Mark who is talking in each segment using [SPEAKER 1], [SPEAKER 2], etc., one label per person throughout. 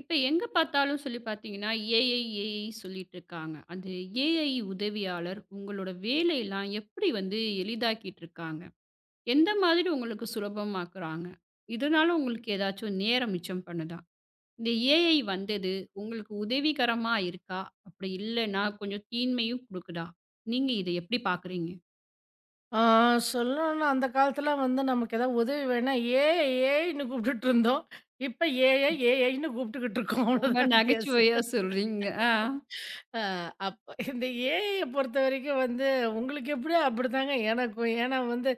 [SPEAKER 1] இப்ப எங்க பார்த்தாலும் சொல்லி பார்த்தீங்கன்னா, ஏஐ, ஏஐ சொல்லிட்டு இருக்காங்க. அந்த ஏஐ உதவியாளர் உங்களோட வேலையெல்லாம் எப்படி வந்து எளிதாக்கிட்டு இருக்காங்க? எந்த மாதிரி உங்களுக்கு சுலபமாக்குறாங்க? இதனால உங்களுக்கு ஏதாச்சும் நேரம் மிச்சம் பண்ணுதா? இந்த ஏஐ வந்தது உங்களுக்கு உதவிகரமா இருக்கா? அப்படி இல்லன்னா கொஞ்சம் தீன்மையும் குடுக்குதா? நீங்க இத எப்படி பார்க்குறீங்க?
[SPEAKER 2] ஆ சொல்லணும்னா, அந்த காலத்துல வந்து நமக்கு ஏதாவது உதவி வேணா, "ஏய் ஏய்ன்னு" கூப்பிட்டுட்டு இருந்தோம். இப்ப "ஏஐ ஏஐன்னு" கூப்பிட்டுக்கிட்டு இருக்கோம்.
[SPEAKER 1] ரொம்ப
[SPEAKER 2] அவ்வளோதான் வித்தியாசம்.
[SPEAKER 1] நகைச்சுவையா சொல்றீங்க. ஆ.
[SPEAKER 2] அ அப்ப இந்த ஏஐய பொறுத்தவரைக்கும் வந்து உங்களுக்கு எப்படியோ அப்படித்தாங்க எனக்கும். ஏன்னா வந்து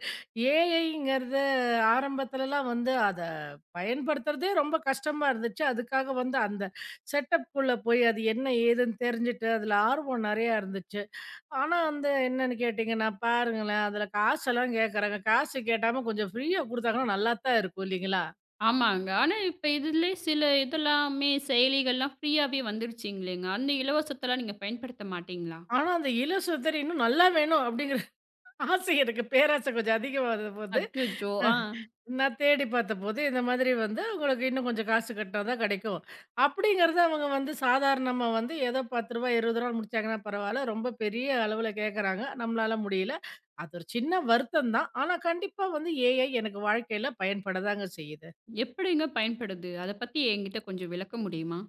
[SPEAKER 2] ஏஐங்கிறது ஆரம்பத்துலலாம் வந்து அத பயன்படுத்துறதே ரொம்ப கஷ்டமா இருந்துச்சு. அதுக்காக வந்து அந்த செட்டப்க்குள்ள போய் அது என்ன ஏதுன்னு தெரிஞ்சுட்டு, அதுல ஆர்வம் நெறையா இருந்துச்சு. ஆனா, வந்து என்னன்னு கேட்டீங்கன்னா, பாருங்களேன் அதில காசெல்லாம் கேட்கறாங்க. காசு கேட்டாம கொஞ்சம் ஃப்ரீயா குடுத்தாங்கன்னா நல்லா தான் இருக்கும் இல்லைங்களா?
[SPEAKER 1] ஆமாங்க. ஆனா, இப்ப இதுலயே சில இதெல்லாமே செயலிகள்லாம் ஃப்ரீயாவே வந்துருச்சுங்களேங்க. அந்த இலவசத்தெல்லாம் நீங்க பயன்படுத்த மாட்டீங்களா?
[SPEAKER 2] ஆனா, அந்த இலசுத்தர் இன்னும் நல்லா வேணும் அப்படிங்கிற ஆசை எனக்கு பேராசை கொஞ்சம் அதிகமா இருந்தபோது,
[SPEAKER 1] அச்சச்சோ!
[SPEAKER 2] அ
[SPEAKER 1] ஆ.
[SPEAKER 2] நான் தேடி பார்த்தபோது இந்த மாதிரி வந்து உங்களுக்கு இன்னும் கொஞ்சம் காசு கட்டினா தான் கிடைக்கும். அப்படிங்கிறத அவங்க வந்து சாதாரணமா வந்து ஏதோ ரூ. 10 ரூ. 20 முடிச்சாங்கன்னா பரவாயில்ல. ரொம்ப பெரிய அளவுல கேட்கறாங்க. நம்மளால முடியல. அது ஒரு சின்ன வருத்தம் தான். ஆனா, கண்டிப்பா வந்து ஏஐ எனக்கு வாழ்க்கையில பயன்பட தாங்க செய்யுது.
[SPEAKER 1] எப்படிங்க பயன்படுது? அத பத்தி என்கிட்ட கொஞ்சம் விளக்க முடியுமா?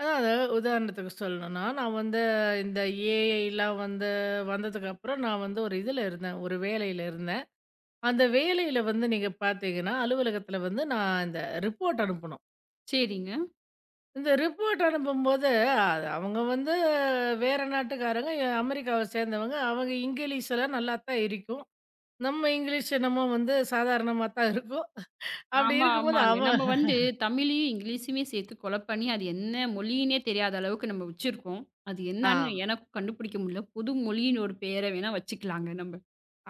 [SPEAKER 2] அதாவது உதாரணத்துக்கு சொல்லணும்னா, நான் வந்து இந்த ஏஐலாம் வந்து வந்ததுக்கப்புறம் நான் வந்து ஒரு இதுல இருந்தேன். ஒரு வேலையில இருந்தேன். அந்த வேலையில வந்து நீங்க பார்த்தீங்கன்னா, அலுவலகத்தில வந்து நான் இந்த ரிப்போர்ட் அனுப்பணும்.
[SPEAKER 1] சரிங்க.
[SPEAKER 2] இந்த ரிப்போர்ட் அனுப்பும்போது, அது அவங்க வந்து வேற நாட்டுக்காரங்க, அமெரிக்காவ சேர்ந்தவங்க. அவங்க இங்கிலீஷ்லாம் நல்லா தான் இருக்கும். நம்ம இங்கிலீஷ் என்னமோ வந்து சாதாரணமா தான் இருக்கும். அப்படி
[SPEAKER 1] ஆமா,
[SPEAKER 2] இருக்கும்போது
[SPEAKER 1] ஆமாங்க.
[SPEAKER 2] அவன்
[SPEAKER 1] நம்ம வந்து தமிழையும், இங்கிலீஷுமே சேர்த்து கொலப் பண்ணி, அது என்ன மொழின்னே தெரியாத அளவுக்கு நம்ம வச்சிருக்கோம். அது என்னான்னு
[SPEAKER 2] ஆம்.
[SPEAKER 1] எனக்கும் கண்டுபிடிக்க முடியல. புது மொழின்னு ஒரு பேர வேணா வச்சுக்கலாங்க நம்ம.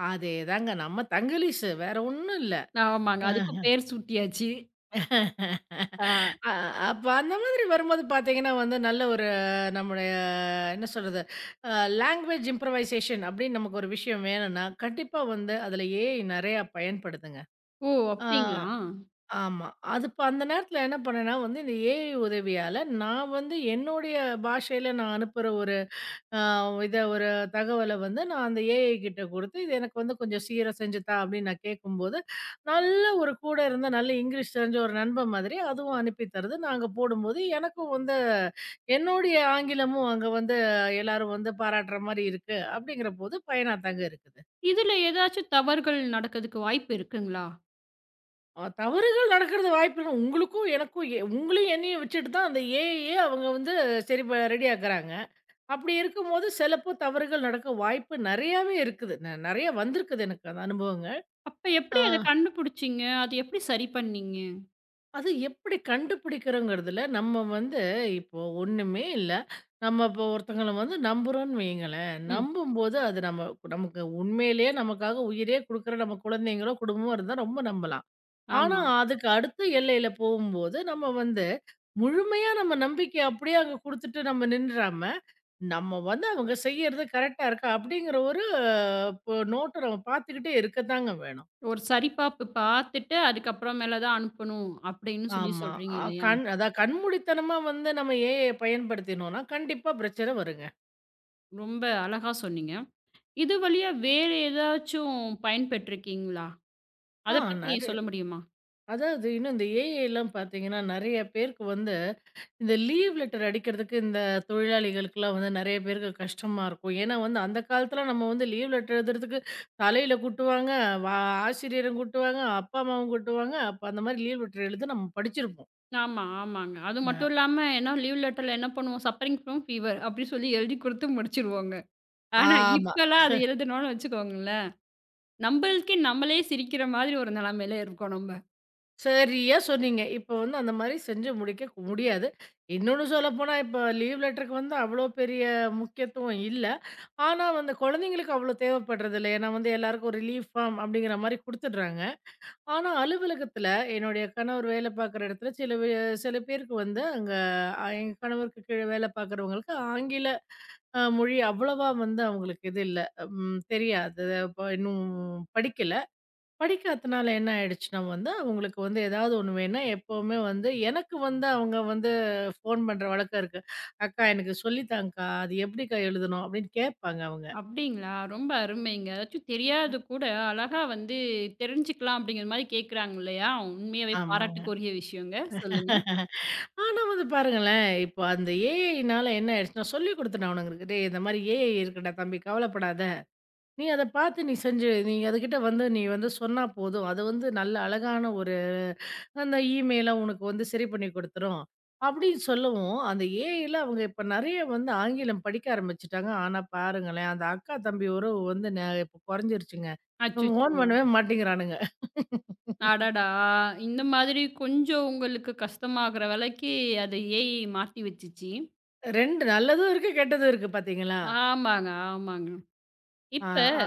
[SPEAKER 2] அதேதாங்க. நம்ம தங்கிலீஷு வேற ஒண்ணும் இல்ல.
[SPEAKER 1] ஆமாங்க. அதுக்கும் பேர் சூட்டியாச்சு. ஆ.
[SPEAKER 2] அ அப்ப அந்த மாதிரி வரும்போது பார்த்தீங்கன்னா வந்து, நல்ல ஒரு நம்முடைய என்ன சொல்றது? அ லாங்குவேஜ் இம்ப்ரூவைசேஷன் அப்படின்னு நமக்கு ஒரு விஷயம் வேணும்னா, கண்டிப்பா வந்து அதில ஏஐ நெறையா பயன்படுதுங்க.
[SPEAKER 1] ஓ!
[SPEAKER 2] ஆ
[SPEAKER 1] அப்படிங்களா?
[SPEAKER 2] ஆமா. அது இப்ப அந்த நேரத்தில என்ன பண்ணேன்னா வந்து, இந்த ஏஐ உதவியால நான் வந்து என்னுடைய பாஷையில நான் அனுப்புற ஒரு ஆ இத ஒரு தகவல வந்து நான் அந்த ஏஐ கிட்ட குடுத்து, "இது எனக்கு வந்து கொஞ்சம் சீரா செஞ்சு தா" அப்படின்னு நான் கேட்கும்போது, நல்ல ஒரு கூட இருந்த நல்ல இங்கிலீஷ் தெரிஞ்ச ஒரு நண்பன் மாதிரி அதுவும் அனுப்பி தருது. நாங்க போடும்போது எனக்கும் வந்து என்னுடைய ஆங்கிலமும் அங்க வந்து எல்லாரும் வந்து பாராட்டுற மாரி இருக்கு. அப்படிங்கிறபோது பயனா தாங்க இருக்குது.
[SPEAKER 1] இதுல ஏதாச்சும் தவறுகள் நடக்கிறதுக்கு வாய்ப்பு இருக்குங்களா?
[SPEAKER 2] தவறுகள் நடக்கிறது வாய்ப்பு இருக்கு. உங்களுக்கும் எனக்கும் உங்களையும் என்னையும் வச்சுட்டு தான் அந்த ஏஐ அவங்க வந்து சரி ரெடி ஆக்குறாங்க. அப்படி இருக்கும்போது சிலப்போ தவறுகள் நடக்க வாய்ப்பு நெறையாவே இருக்குது. நெறைய வந்திருக்குது எனக்கு அந்த அனுபவங்கள்.
[SPEAKER 1] அப்ப
[SPEAKER 2] ஆ
[SPEAKER 1] எப்படி அத கண்டுபிடிச்சீங்க? அது எப்படி சரி பண்ணீங்க?
[SPEAKER 2] அது எப்படி கண்டுபிடிக்கிறோங்கிறதுல நம்ம வந்து இப்போ ஒண்ணுமே இல்ல. நம்ம இப்போ ஒருத்தங்கள வந்து நம்புறோம்ன்னு வையுங்களேன்.
[SPEAKER 1] ம்.
[SPEAKER 2] நம்பும்போது அது நம்ம நமக்கு உண்மையிலேயே நமக்காக உயிரே குடுக்குற நம்ம குழந்தைங்களோ, குடும்பமோ இருந்தா ரொம்ப நம்பலாம். ஆனா,
[SPEAKER 1] ஆமா.
[SPEAKER 2] அதுக்கு அடுத்த எல்லையில போகும்போது, நம்ம வந்து முழுமையா நம்ம நம்பிக்கைய அப்படியே அங்க குடுத்துட்டு நம்ம நின்றாம, நம்ம வந்து அவங்க செய்யறது கரெக்ட்டா இருக்கா? அப்படிங்கிற ஒரு இப்போ நோட்ட நம்ம பார்த்துக்கிட்டே இருக்கத்தாங்க வேணும்.
[SPEAKER 1] ஒரு சரிபார்ப்பு பார்த்துட்டு, அதுக்கப்புறம் மேல தான் அனுப்பணும் அப்படின்னு சொல்லி
[SPEAKER 2] ஆமா.
[SPEAKER 1] சொல்றீங்க
[SPEAKER 2] அ
[SPEAKER 1] இல்லையா?
[SPEAKER 2] கண் அதான் கண்மூடித்தனமா வந்து நம்ம ஏஐய பயன்படுத்தினோம்னா, கண்டிப்பா பிரச்சனை வருங்க.
[SPEAKER 1] ரொம்ப அழகா சொன்னீங்க. இது வழியா வேற ஏதாச்சும் பயன்பெற்றிருக்கீங்களா? அத
[SPEAKER 2] ஆ
[SPEAKER 1] பத்தி
[SPEAKER 2] நெ
[SPEAKER 1] சொல்ல முடியுமா?
[SPEAKER 2] அதாவது இன்னும் இந்த ஏஐ எல்லாம் பார்த்தீங்கன்னா, நெறைய பேருக்கு வந்து இந்த லீவ் லெட்டர் அடிக்கிறதுக்கு இந்த தொழிலாளிகளுக்கெல்லாம் வந்து நெறைய பேருக்கு கஷ்டமா இருக்கும். ஏன்னா வந்து அந்த காலத்துல நம்ம வந்து லீவ் லெட்டர் எழுதுறதுக்கு தலையில கூட்டுவாங்க, வா ஆசிரியரும் கூட்டுவாங்க, அப்பா அம்மாவும் கூட்டுவாங்க. அப்ப அந்த மாரி லீவ் லெட்டர் எழுத நம்ம படிச்சிருப்போம்.
[SPEAKER 1] ஆமா, ஆமாங்க. அது
[SPEAKER 2] அ.
[SPEAKER 1] மட்டும் இல்லாம ஏன்னா லீவ் லெட்டர்ல என்ன பண்ணுவோம்? சஃபரிங் ஃப்ரம் ஃபீவர் அப்படி சொல்லி எழுதி குடுத்து முடிச்சுருவோங்க. ஆனா
[SPEAKER 2] ஆமா.
[SPEAKER 1] இப்பலாம் அது எழுதணும்னு வச்சுக்கோங்களேன் நம்பளுக்கே நம்மளே சிரிக்கிற மாதிரி ஒரு நிலைமையில இருக்கோம் நம்ப.
[SPEAKER 2] சரியா சொன்னீங்க. இப்போ வந்து அந்த மாரி செஞ்சு முடிக்க முடியாது. இன்னொன்னு சொல்லப்போனா, இப்போ லீவ் லெட்டருக்கு வந்து அவ்வளோ பெரிய முக்கியத்துவம் இல்ல. ஆனா வந்து குழந்தைங்களுக்கு அவ்வளோ தேவைப்படுறதில்ல. ஏன்னா வந்து எல்லாருக்கும் ஒரு லீவ் ஃபார்ம் அப்படிங்கிற மாரி குடுத்துடுறாங்க. ஆனா அலுவலகத்தில என்னுடைய கணவர் வேலை பார்க்குற இடத்துல சில பேருக்கு வந்து அங்க எங்க கணவருக்கு கீழ வேலை பார்க்குறவங்களுக்கு ஆங்கில மொழி அவ்வளவா வந்து அவங்களுக்கு இது இல்ல. ம் தெரியாது. இன்னும் படிக்கல. படிக்காதனால என்ன ஆயிடுச்சுன்னா வந்து, அவங்களுக்கு வந்து ஏதாவது ஒண்ணு வேணும்னா, எப்பவுமே வந்து எனக்கு வந்து அவங்க வந்து ஃபோன் பண்ற வழக்கம் இருக்கு. "அக்கா எனக்கு சொல்லித்தாங்க்கா, அது எப்படிக்கா எழுதணும்?" அப்படின்னு கேட்பாங்க அவங்க.
[SPEAKER 1] அப்டிங்களா? ரொம்ப அருமைங்க. ஏதாச்சும் தெரியாதது கூட அழகா வந்து தெரிஞ்சுக்கலாம் அப்படிங்கிற மாரி கேட்குறாங்க இல்லையா? உண்மையாவே
[SPEAKER 2] ஆமாங்க.
[SPEAKER 1] பாராட்டுக்குரிய விஷயங்க. சொல்லுங்க.
[SPEAKER 2] ஆனா வந்து பாருங்களேன், இப்போ அந்த ஏஐனால என்ன ஆயிடுச்சுன்னா, சொல்லிக் குடுத்துட்டேன் அவனுங்களுக்கு. "டேய் இந்த மாரி ஏஐ இருக்குடா தம்பி கவலைப்படாத." நீ அத பார்த்து நீ செஞ்சு நீ அதுகிட்ட வந்து நீ வந்து சொன்னா போதும். அது வந்து நல்ல அழகான ஒரு அந்த இமெயில உனக்கு வந்து சரி பண்ணி குடுத்துரும். அப்படின்னு சொல்லவும், அந்த ஏஐல அவங்க இப்ப நெறைய வந்து ஆங்கிலம் படிக்க ஆரம்பிச்சுட்டாங்க. ஆனா பாருங்களேன், அந்த அக்கா தம்பி உறவு வந்து இப்ப குறைஞ்சிருச்சுங்க. ஃபோன்
[SPEAKER 1] அச்சச்சோ!
[SPEAKER 2] பண்ணவே மாட்டேங்கிறானுங்க.
[SPEAKER 1] அடடா! இந்த மாதிரி கொஞ்சம் உங்களுக்கு கஷ்டமாகுற வேலைக்கு அது ஏஐ மாத்தி வச்சுச்சு.
[SPEAKER 2] 2 நல்லதும் இருக்கு, கெட்டதும் இருக்கு பார்த்தீங்களா?
[SPEAKER 1] ஆமாங்க, ஆமாங்க.
[SPEAKER 2] ஆ,
[SPEAKER 1] இப்ப
[SPEAKER 2] அ,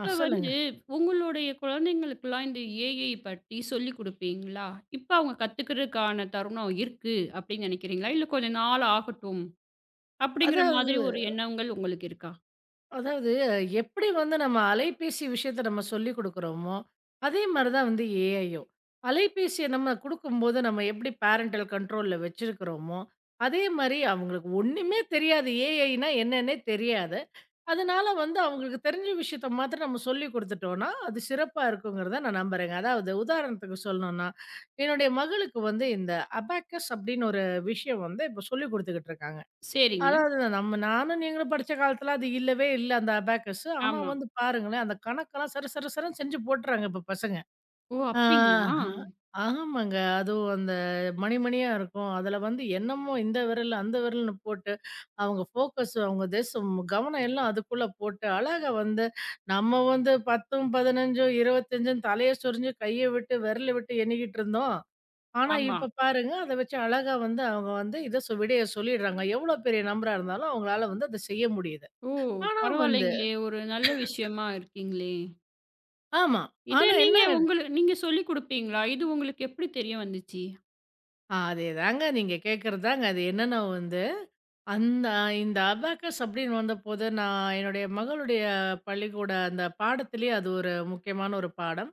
[SPEAKER 2] ஆ சொல்லுங்க.
[SPEAKER 1] வந்து உங்களுடைய குழந்தைங்களுக்கெல்லாம் இந்த ஏஐ பத்தி சொல்லிக் குடுப்பீங்களா? இப்ப அவங்க கத்துக்கிறதுக்கான தருணம் இருக்கு அப்படின்னு நினைக்கிறீங்களா? இல்ல கொஞ்ச நாள் ஆகட்டும் அப்படிங்கிற மாதிரி
[SPEAKER 2] அதாவது
[SPEAKER 1] ஒரு எண்ணங்கள் உங்களுக்கு இருக்கா?
[SPEAKER 2] அதாவது, எப்படி வந்து நம்ம அலைபேசி விஷயத்த நம்ம சொல்லிக் குடுக்குறோமோ, அதே மாரி தான் வந்து ஏஐயும். அலைபேசிய நம்ம குடுக்கும்போது, நம்ம எப்படி பேரன்டல் கண்ட்ரோல்ல வச்சிருக்கிறோமோ, அதே மாரி அவங்களுக்கு ஒண்ணுமே தெரியாது. ஏஐன்னா என்னன்னே தெரியாது. அதனால வந்து அவங்களுக்கு தெரிஞ்ச விஷயத்த மாத்திரம் நம்ம சொல்லிக் குடுத்துட்டோம்னா, அது சிறப்பா இருக்குங்கிறத நான் நம்புறேங்க. அதாவது உதாரணத்துக்கு சொல்லணும்னா, என்னுடைய மகளுக்கு வந்து இந்த அபாக்கஸ் அப்படின்னு ஒரு விஷயம் வந்து இப்போ சொல்லிக் குடுத்துக்கிட்டு இருக்காங்க.
[SPEAKER 1] சரிங்க.
[SPEAKER 2] அதாவது நம்ம நானும் நீங்களும் படிச்ச காலத்துல அது இல்லவே இல்ல அந்த அபாக்கஸ். ஆனா
[SPEAKER 1] ஆமா.
[SPEAKER 2] வந்து பாருங்களேன், அந்த கணக்கெல்லாம் சர சர சரன்னு செஞ்சு போட்டுறாங்க இப்ப பசங்க.
[SPEAKER 1] ஓ!
[SPEAKER 2] ஆ
[SPEAKER 1] அப்படிங்களா?
[SPEAKER 2] ஆமாங்க. அதுவும் அந்த மணி மணியா இருக்கும். அதுல வந்து என்னமோ இந்த விரல், அந்த விரல்னு போட்டு, அவங்க ஃபோக்கஸ் அவங்க தேசம் கவனம் எல்லாம் அதுக்குள்ள போட்டு, அழகா வந்து நம்ம வந்து 10ம், 15ம், 25ன்னு தலைய சொரிஞ்சு கைய விட்டு, விரல விட்டு எண்ணிக்கிட்டு இருந்தோம். ஆனா,
[SPEAKER 1] ஆமா.
[SPEAKER 2] இப்ப பாருங்க, அத வச்சு அழகா வந்து அவங்க வந்து இத சொ விடைய சொல்லிடுறாங்க. எவ்ளோ பெரிய நம்பரா இருந்தாலும் அவங்களால வந்து அத செய்ய முடியுது.
[SPEAKER 1] ஓ!
[SPEAKER 2] ஆனா வந்து
[SPEAKER 1] பரவாயில்லைங்களே! ஒரு நல்ல விஷயமா இருக்கீங்களே!
[SPEAKER 2] ஆமா.
[SPEAKER 1] இத
[SPEAKER 2] ஆனா என்ன
[SPEAKER 1] நீங்க
[SPEAKER 2] ஆயிடு
[SPEAKER 1] நீங்க சொல்லிக் குடுப்பீங்களா? இது உங்களுக்கு எப்படி தெரிய வந்துச்சு?
[SPEAKER 2] அதேதாங்க. நீங்க கேட்கறது தாங்க. அது என்னன்னா வந்து, அந்த இந்த அபாக்கஸ் அப்படின்னு வந்தபோது, நான் என்னுடைய மகளுடைய பள்ளிக்கூட அந்த பாடத்திலேயே அது ஒரு முக்கியமான ஒரு பாடம்.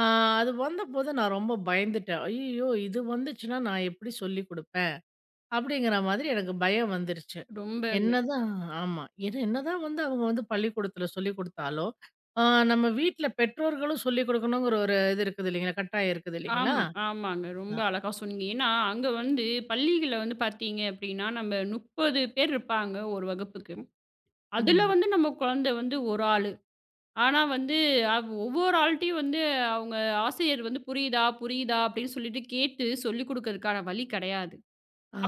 [SPEAKER 2] ஆ அது வந்தபோது நான் ரொம்ப பயந்துட்டேன். ஐய்யய்யோ! இது வந்துச்சுன்னா நான் எப்படி சொல்லிக் குடுப்பேன்? அப்படிங்கிற மாதிரி எனக்கு பயம் வந்துருச்சு.
[SPEAKER 1] ரொம்பங்க
[SPEAKER 2] என்னதான் ஆமா. ஏன்னா என்னதான் வந்து அவங்க வந்து பள்ளிக்கூடத்துல சொல்லிக் குடுத்தாலும், ஆ நம்ம வீட்ல பெற்றோர்களும் சொல்லிக் குடுக்கணுங்கிற ஒரு இது இருக்குது இல்லைங்களா? கட்டாயம் இருக்குது இல்லைங்களா?
[SPEAKER 1] ஆமா, ஆமாங்க. ரொம்ப
[SPEAKER 2] அ
[SPEAKER 1] அழகா சொன்னீங்க. ஏன்னா, அங்க வந்து பள்ளிகள்ல வந்து பார்த்தீங்க அப்டின்னா, நம்ம 30 பேர் இருப்பாங்க ஒரு வகுப்புக்கு. அதுல
[SPEAKER 2] ம்.
[SPEAKER 1] வந்து நம்ம குழந்தை வந்து ஒரு ஆளு. ஆனா வந்து ஒவ்வொரு ஆள்ட்டயும் வந்து அவங்க ஆசிரியர் வந்து புரியுதா, புரியுதா அப்டின்னு சொல்லிட்டு கேட்டு சொல்லிக் குடுக்கறதுக்கான வழி கெடையாது.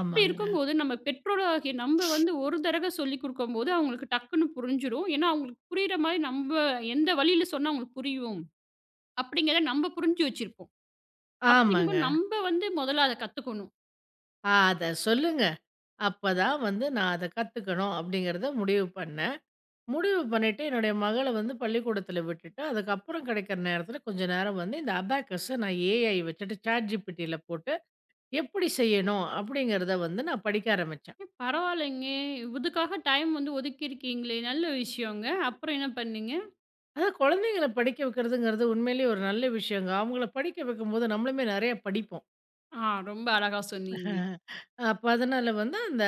[SPEAKER 1] அப்டி இருக்கும்போது நம்ம பெற்றோராகிய நம்ம வந்து ஒரு தடவ சொல்லிக் குடுக்கும்போது அவங்களுக்கு டக்குன்னு புரிஞ்சிரும். ஏன்னா, அவங்களுக்கு புரியிற மாரி நம்ப எந்த வழியில சொன்னா அவங்களுக்கு புரியும், அப்டிங்கிறத நம்ம புரிஞ்சு வச்சிருப்போம். அப்படிங்கும்போது
[SPEAKER 2] ஆமாங்க.
[SPEAKER 1] நம்ப வந்து முதல்ல அத கத்துக்கணும்.
[SPEAKER 2] அத சொல்லுங்க. அப்பதான் வந்து நான் அத கத்துக்கணும் அப்படிங்கிறத முடிவு பண்ணேன். முடிவு பண்ணிட்டு என்னுடைய மகள வந்து பள்ளிக்கூடத்துல விட்டுட்டு, அதுக்கப்புறம் கிடைக்கிற நேரத்துல கொஞ்ச நேரம் வந்து இந்த அபாக்கஸ நான் ஏஐ வச்சுட்டு ChatGPTல போட்டு எப்படி செய்யணும் அப்படிங்கிறத வந்து நான் படிக்க ஆரம்பிச்சேன்.
[SPEAKER 1] ஏ பரவாயில்லங்க. இதுக்காக டைம் வந்து ஒதுக்கியிருக்கீங்களே! நல்ல விஷயங்க. அப்புறம் என்ன பண்ணீங்க?
[SPEAKER 2] அதான் குழந்தைங்கள படிக்க வைக்கிறதுங்கிறது உண்மையிலேயே ஒரு நல்ல விஷயங்க. அவங்கள படிக்க வைக்கும்போது நம்மளுமே நெறைய படிப்போம்.
[SPEAKER 1] ஆ ரொம்ப அழகா சொன்னீங்க.
[SPEAKER 2] அப்ப அதனால வந்து அந்த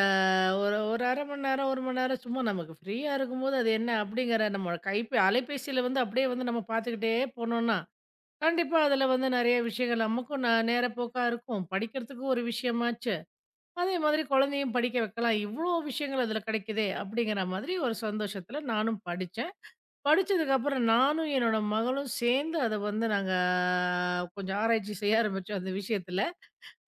[SPEAKER 2] ஒரு ஒரு 1/2 மணி நேரம், 1 மணி நேரம் சும்மா நமக்கு ஃப்ரீயா இருக்கும்போது அது என்ன அப்படிங்கிற நம்ம கைப்பே அலைபேசியில வந்து அப்படியே வந்து நம்ம பார்த்துக்கிட்டே போனோம்னா, கண்டிப்பா அதுல வந்து நெறைய விஷயங்கள் நமக்கும் நேரப்போக்கா இருக்கும். படிக்கிறதுக்கும் ஒரு விஷயமாச்சு. அதே மாதிரி குழந்தையும் படிக்க வைக்கலாம். இவ்ளோ விஷயங்கள் அதுல கிடைக்குதே அப்படிங்கிற மாதிரி ஒரு சந்தோஷத்துல நானும் படிச்சேன். படிச்சதுக்கப்புறம் நானும் என்னோட மகளும் சேர்ந்து அத வந்து நாங்க கொஞ்சம் ஆராய்ச்சி செய்ய ஆரம்பிச்சோம் அந்த விஷயத்துல.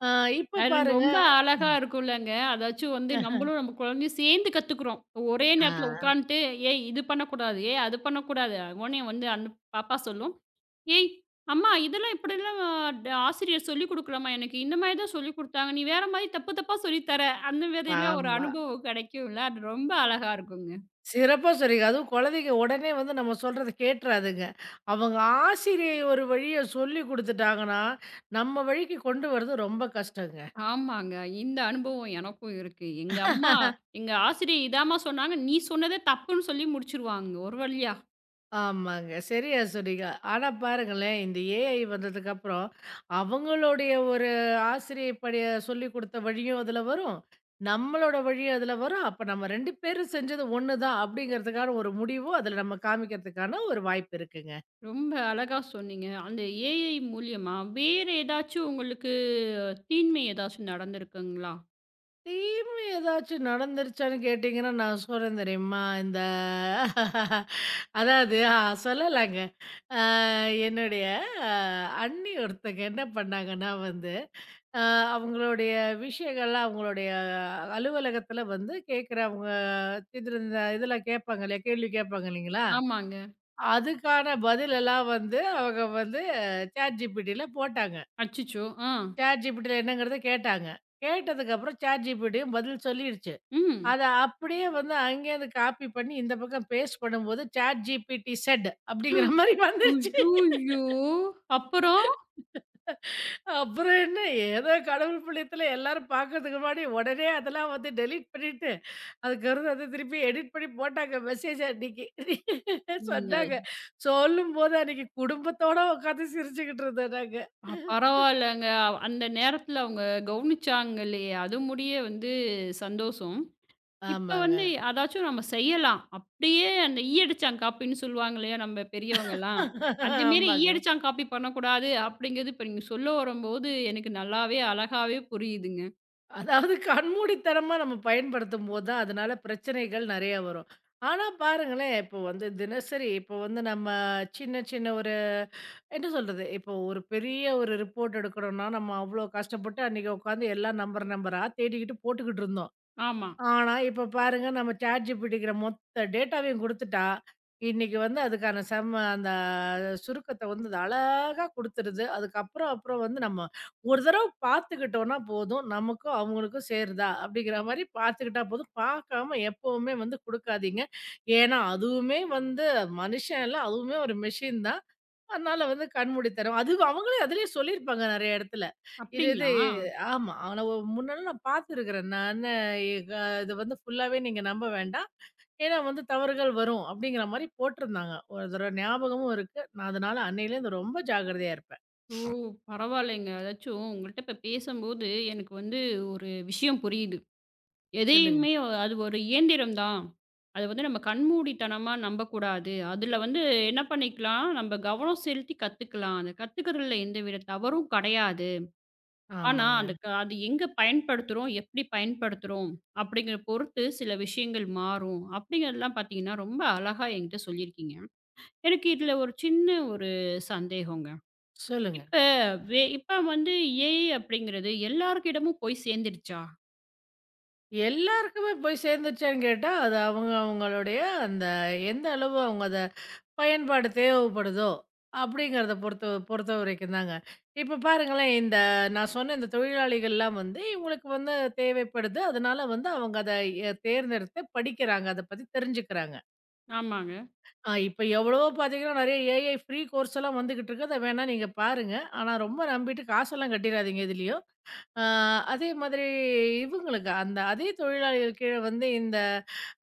[SPEAKER 2] அ இப்ப
[SPEAKER 1] அது
[SPEAKER 2] பாருங்க
[SPEAKER 1] ரொம்ப அழகா இருக்கும்லங்க. அதாச்சும் வந்து நம்பளும் நம்ம குழந்தையும் சேர்ந்து கத்துக்குறோம். ஒரே
[SPEAKER 2] ஆ,
[SPEAKER 1] நேரத்தில உட்காந்துட்டு, "ஏய் இது பண்ணக்கூடாது. ஏய் அது பண்ணக்கூடாது." உடனே வந்து அந்த பாப்பா சொல்லும், "ஏய் அம்மா இதெல்லாம் இப்படிலாம் ஆசிரியர் சொல்லிக் குடுக்கலம்மா எனக்கு. இந்த மாரி தான் சொல்லிக் குடுத்தாங்க. நீ வேற மாரி தப்பு தப்பா சொல்லி தர." அந்த மாதிரிலாம் ஒரு
[SPEAKER 2] ஆமா.
[SPEAKER 1] அனுபவம் கிடைக்கும்ல. அது ரொம்ப அழகா இருக்குங்க.
[SPEAKER 2] சிறப்பா சொன்னீங்க. அதுவும் குழந்தைங்க உடனே வந்து நம்ம சொல்றத கேட்றாதுங்க. அவங்க ஆசிரியை ஒரு வழிய சொல்லிக் குடுத்துட்டாங்கன்னா, நம்ம வழிக்கு கொண்டு வர்றது ரொம்ப கஷ்டங்க.
[SPEAKER 1] ஆமாங்க. இந்த அனுபவம் எனக்கும் இருக்கு. எங்க அம்மா, எங்க ஆசிரியர் இதாம்மா சொன்னாங்க. நீ சொன்னதே தப்புன்னு சொல்லி முடிச்சுருவாங்க ஒரு வழியா.
[SPEAKER 2] ஆமாங்க. சரியா சொன்னீங்க. ஆனா பாருங்களேன், இந்த ஏஐ வந்ததுக்கப்புறம், அவங்களுடைய ஒரு ஆசிரியை படி சொல்லிக் குடுத்த வழியும் அதுல வரும். நம்மளோட வழியும் அதுல வரும். அப்ப நம்ம 2 பேரும் செஞ்சது ஒண்ணு தான் அப்படிங்கிறதுக்கான ஒரு முடிவும் அதுல நம்ம காமிக்கிறதுக்கான ஒரு வாய்ப்பு இருக்குங்க.
[SPEAKER 1] ரொம்ப அழகா சொன்னீங்க. அந்த ஏஐ மூலியமா வேற ஏதாச்சும் உங்களுக்கு தீன்மை ஏதாச்சும் நடந்திருக்குங்களா?
[SPEAKER 2] தீமை ஏதாச்சும் நடந்துருச்சான்னு கேட்டீங்கன்னா, நான் சொல்றேன் தெரியுமா? இந்த அதாவது ஆ சொல்லலாங்க. ஆ என்னுடைய அ அண்ணி ஒருத்தங்க என்ன பண்ணாங்கன்னா வந்து, அ அவங்களுடைய விஷயங்கள்லாம் அவங்களுடைய அலுவலகத்தில வந்து கேட்கிறவங்க இதெல்லாம் கேட்பாங்க இல்லையா? கேள்வி கேட்பாங்க இல்லைங்களா?
[SPEAKER 1] ஆமாங்க.
[SPEAKER 2] அதுக்கான பதிலெல்லாம் வந்து அவங்க வந்து ChatGPTல போட்டாங்க.
[SPEAKER 1] அச்சச்சோ! ஆ.
[SPEAKER 2] ChatGPTல என்னங்கிறத கேட்டாங்க. கேட்டதுக்கப்புறம் ChatGPTயும் பதில் சொல்லிடுச்சு.
[SPEAKER 1] ம்.
[SPEAKER 2] அத அப்படியே வந்து அங்கேருந்து காப்பி பண்ணி இந்த பக்கம் பேஸ்ட் பண்ணும்போது ChatGPT said அப்படிங்கிற மாரி வந்துருச்சு.
[SPEAKER 1] ஐய்யய்யோ! அப்புறம்?
[SPEAKER 2] அப்புறம் என்ன? ஏதோ கடவுள் புண்ணியத்துல எல்லாரும் பார்க்கறதுக்கு முன்னாடி உடனே அதெல்லாம் வந்து டெலீட் பண்ணிட்டு, அதுக்கப்புறம் வந்து திருப்பி எடிட் பண்ணி போட்டாங்க மெசேஜ அன்னைக்கு. சொன்னாங்க.
[SPEAKER 1] ம்.
[SPEAKER 2] சொல்லும்போது அன்னைக்கு குடும்பத்தோட உட்காந்து சிரிச்சுக்கிட்டு இருந்தோம் நாங்க.
[SPEAKER 1] அ பரவாயில்லங்க. அந்த நேரத்துல அவங்க கவனிச்சாங்க இல்லையே! அது முடிய வந்து சந்தோஷம். இப்ப
[SPEAKER 2] ஆமாங்க.
[SPEAKER 1] வந்து அதாச்சும் நம்ம செய்யலாம். அப்படியே அந்த ஈயடிச்சாங் காப்பின்னு சொல்லுவாங்க இல்லையா நம்ம பெரியவங்கலாம். அந்த மாரி
[SPEAKER 2] ஆமாங்க.
[SPEAKER 1] ஈயடிச்சாங் காப்பி பண்ணக்கூடாது அப்படிங்கிறது இப்ப நீங்க சொல்ல வரும்போது எனக்கு நல்லாவே அழகாவே புரியுதுங்க.
[SPEAKER 2] அதாவது கண்மூடித்தனமா நம்ம பயன்படுத்தும்போது தான், அதனால பிரச்சனைகள் நெறைய வரும். ஆனா பாருங்களேன், இப்போ வந்து தினசரி இப்போ வந்து நம்ம சின்ன சின்ன ஒரு என்ன சொல்றது? இப்போ ஒரு பெரிய ஒரு ரிப்போர்ட் எடுக்கணும்னா, நம்ம அவ்ளோ கஷ்டப்பட்டு அன்னைக்கு உட்காந்து எல்லாம் நம்பர் நம்பரா தேடிக்கிட்டு போட்டுக்கிட்டு இருந்தோம்.
[SPEAKER 1] ஆமா.
[SPEAKER 2] ஆனா, இப்ப பாருங்க நம்ம ChatGPTங்கிற மொத்த டேட்டாவையும் குடுத்துட்டா, இன்னைக்கு வந்து அதுக்கான செம்ம அந்த சுருக்கத்த வந்து அது அழகா குடுத்துருது. அப்புறம் வந்து நம்ம ஒரு தடவ பார்த்துக்கிட்டோம்னா போதும். நமக்கும் அவங்களுக்கும் சேருதா? அப்படிங்கிற மாரி பார்த்துக்கிட்டா போதும். பார்க்காம எப்பவுமே வந்து குடுக்காதீங்க. ஏன்னா, அதுவுமே வந்து மனுஷன் இல்ல, அதுவுமே ஒரு மெஷின் தான். அதனால வந்து கண்மூடித்தனம். அது அவங்களே அதிலேயே சொல்லியிருப்பாங்க நெறைய இடத்துல. இது இது
[SPEAKER 1] அப்படிங்களா?
[SPEAKER 2] ஆமா. ஆனா ஒ முன்னால நான் பார்த்துருக்கிறேன். நானு எக இது வந்து ஃபுல்லாவே நீங்க நம்ப வேண்டாம். ஏன்னா வந்து தவறுகள் வரும் அப்படிங்கிற மாரி போட்டிருந்தாங்க. ஒரு தடவ ஞாபகமும் இருக்கு. நான் அதனால அன்னையிலேருந்து ரொம்ப ஜாக்கிரதையா இருப்பேன்.
[SPEAKER 1] ஓ! பரவாயில்லைங்க. அதாச்சும் உங்கள்ட்ட இப்ப பேசும்போது எனக்கு வந்து ஒரு விஷயம் புரியுது.
[SPEAKER 2] சொல்லுங்க.
[SPEAKER 1] எதையுமே அது ஒரு இயந்திரம் தான். அத வந்து நம்ம கண்மூடித்தனமா நம்பக்கூடாது. அதுல வந்து என்ன பண்ணிக்கலாம், நம்ம கவனம் செலுத்தி கத்துக்கலாம். அத கத்துக்கிறதுல எந்தவித தவறும் கடையாது. ஆனா,
[SPEAKER 2] ஆமாங்க.
[SPEAKER 1] அதுக்கு அது எங்க பயன்படுத்துறோம், எப்படி பயன்படுத்துறோம் அப்படிங்கிற பொறுத்து சில விஷயங்கள் மாறும். அப்படிங்கிறதெல்லாம் பார்த்தீங்கன்னா, ரொம்ப அழகா என்கிட்ட சொல்லியிருக்கீங்க. எனக்கு இதுல ஒரு சின்ன ஒரு சந்தேகங்க.
[SPEAKER 2] சொல்லுங்க.
[SPEAKER 1] இப்ப இப்ப வந்து ஏஐ அப்படிங்கிறது எல்லார்கிடமும் போய் சேர்ந்துடுச்சா?
[SPEAKER 2] எல்லாருக்குமே போய் சேர்ந்துச்சான்னு கேட்டா, அது அவங்க அவங்களுடைய அந்த எந்த அளவு அவங்க அத பயன்பாடு தேவைப்படுதோ! அப்படிங்கிறத பொறுத்தவரைக்கும் தாங்க. இப்ப பாருங்களேன், இந்த நான் சொன்ன இந்த தொழிலாளிகள்லாம் வந்து இவங்களுக்கு வந்து தேவைப்படுது. அதனால வந்து அவங்க அத தேர்ந்தெடுத்து படிக்கிறாங்க. அத பத்தி தெரிஞ்சுக்கிறாங்க.
[SPEAKER 1] ஆமாங்க,
[SPEAKER 2] இப்ப எவ்வளவோ பார்த்தீங்கன்னா, நெறைய ஏஐ ஃப்ரீ கோர்ஸ் எல்லாம் வந்துகிட்டு இருக்கு. அத வேணா நீங்க பாருங்க. ஆனா ரொம்ப நம்பிட்டு காசெல்லாம் கட்டிறாதீங்க எதுலயும். அ அதே மாதிரி இவங்களுக்கு அந்த அதே தொழிலாளிகள் கீழ வந்து இந்த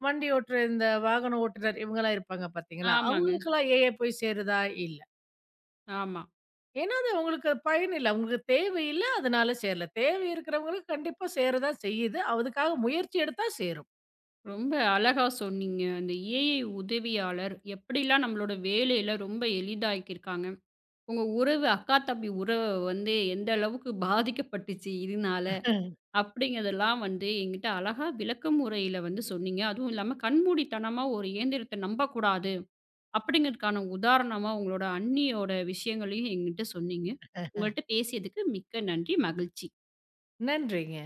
[SPEAKER 2] வண்டி ஓட்டுற இந்த வாகன ஓட்டுநர் இவங்கலாம் இருப்பாங்க பார்த்தீங்களா?
[SPEAKER 1] ஆமாங்க,
[SPEAKER 2] அவங்களுக்கெல்லாம் ஏஐ போய் சேருதா? இல்ல.
[SPEAKER 1] ஆமா.
[SPEAKER 2] ஏன்னா, அது அவங்களுக்கு பயன் இல்ல. அவங்களுக்கு தேவையில்ல, அதனால சேரல. தேவை இருக்கிறவங்களுக்கு கண்டிப்பா சேரதான் செய்யுது. அதுக்காக முயற்சி எடுத்தா சேரும்.
[SPEAKER 1] ரொம்ப அழகா சொன்னீங்க. அந்த ஏஐ உதவியாளர் எப்படிலாம் நம்மளோட வேலையில ரொம்ப எளிதாக்கியிருக்காங்க. உங்க உறவு அக்கா, தம்பி உறவு வந்து எந்த அளவுக்கு பாதிக்கப்பட்டுச்சு இதனால? அப்படிங்கிறதெல்லாம் வந்து என்கிட்ட அழகா விளக்க முறையில வந்து சொன்னீங்க. அதுவும் இல்லாம கண்மூடித்தனமா ஒரு இயந்திரத்த நம்பக்கூடாது அப்படிங்கிறதுக்கான உதாரணமா உங்களோட அண்ணியோட விஷயங்களையும் என்கிட்ட சொன்னீங்க. உங்கள்ட்ட பேசியதுக்கு மிக்க நன்றி. மகிழ்ச்சி.
[SPEAKER 2] நன்றிங்க.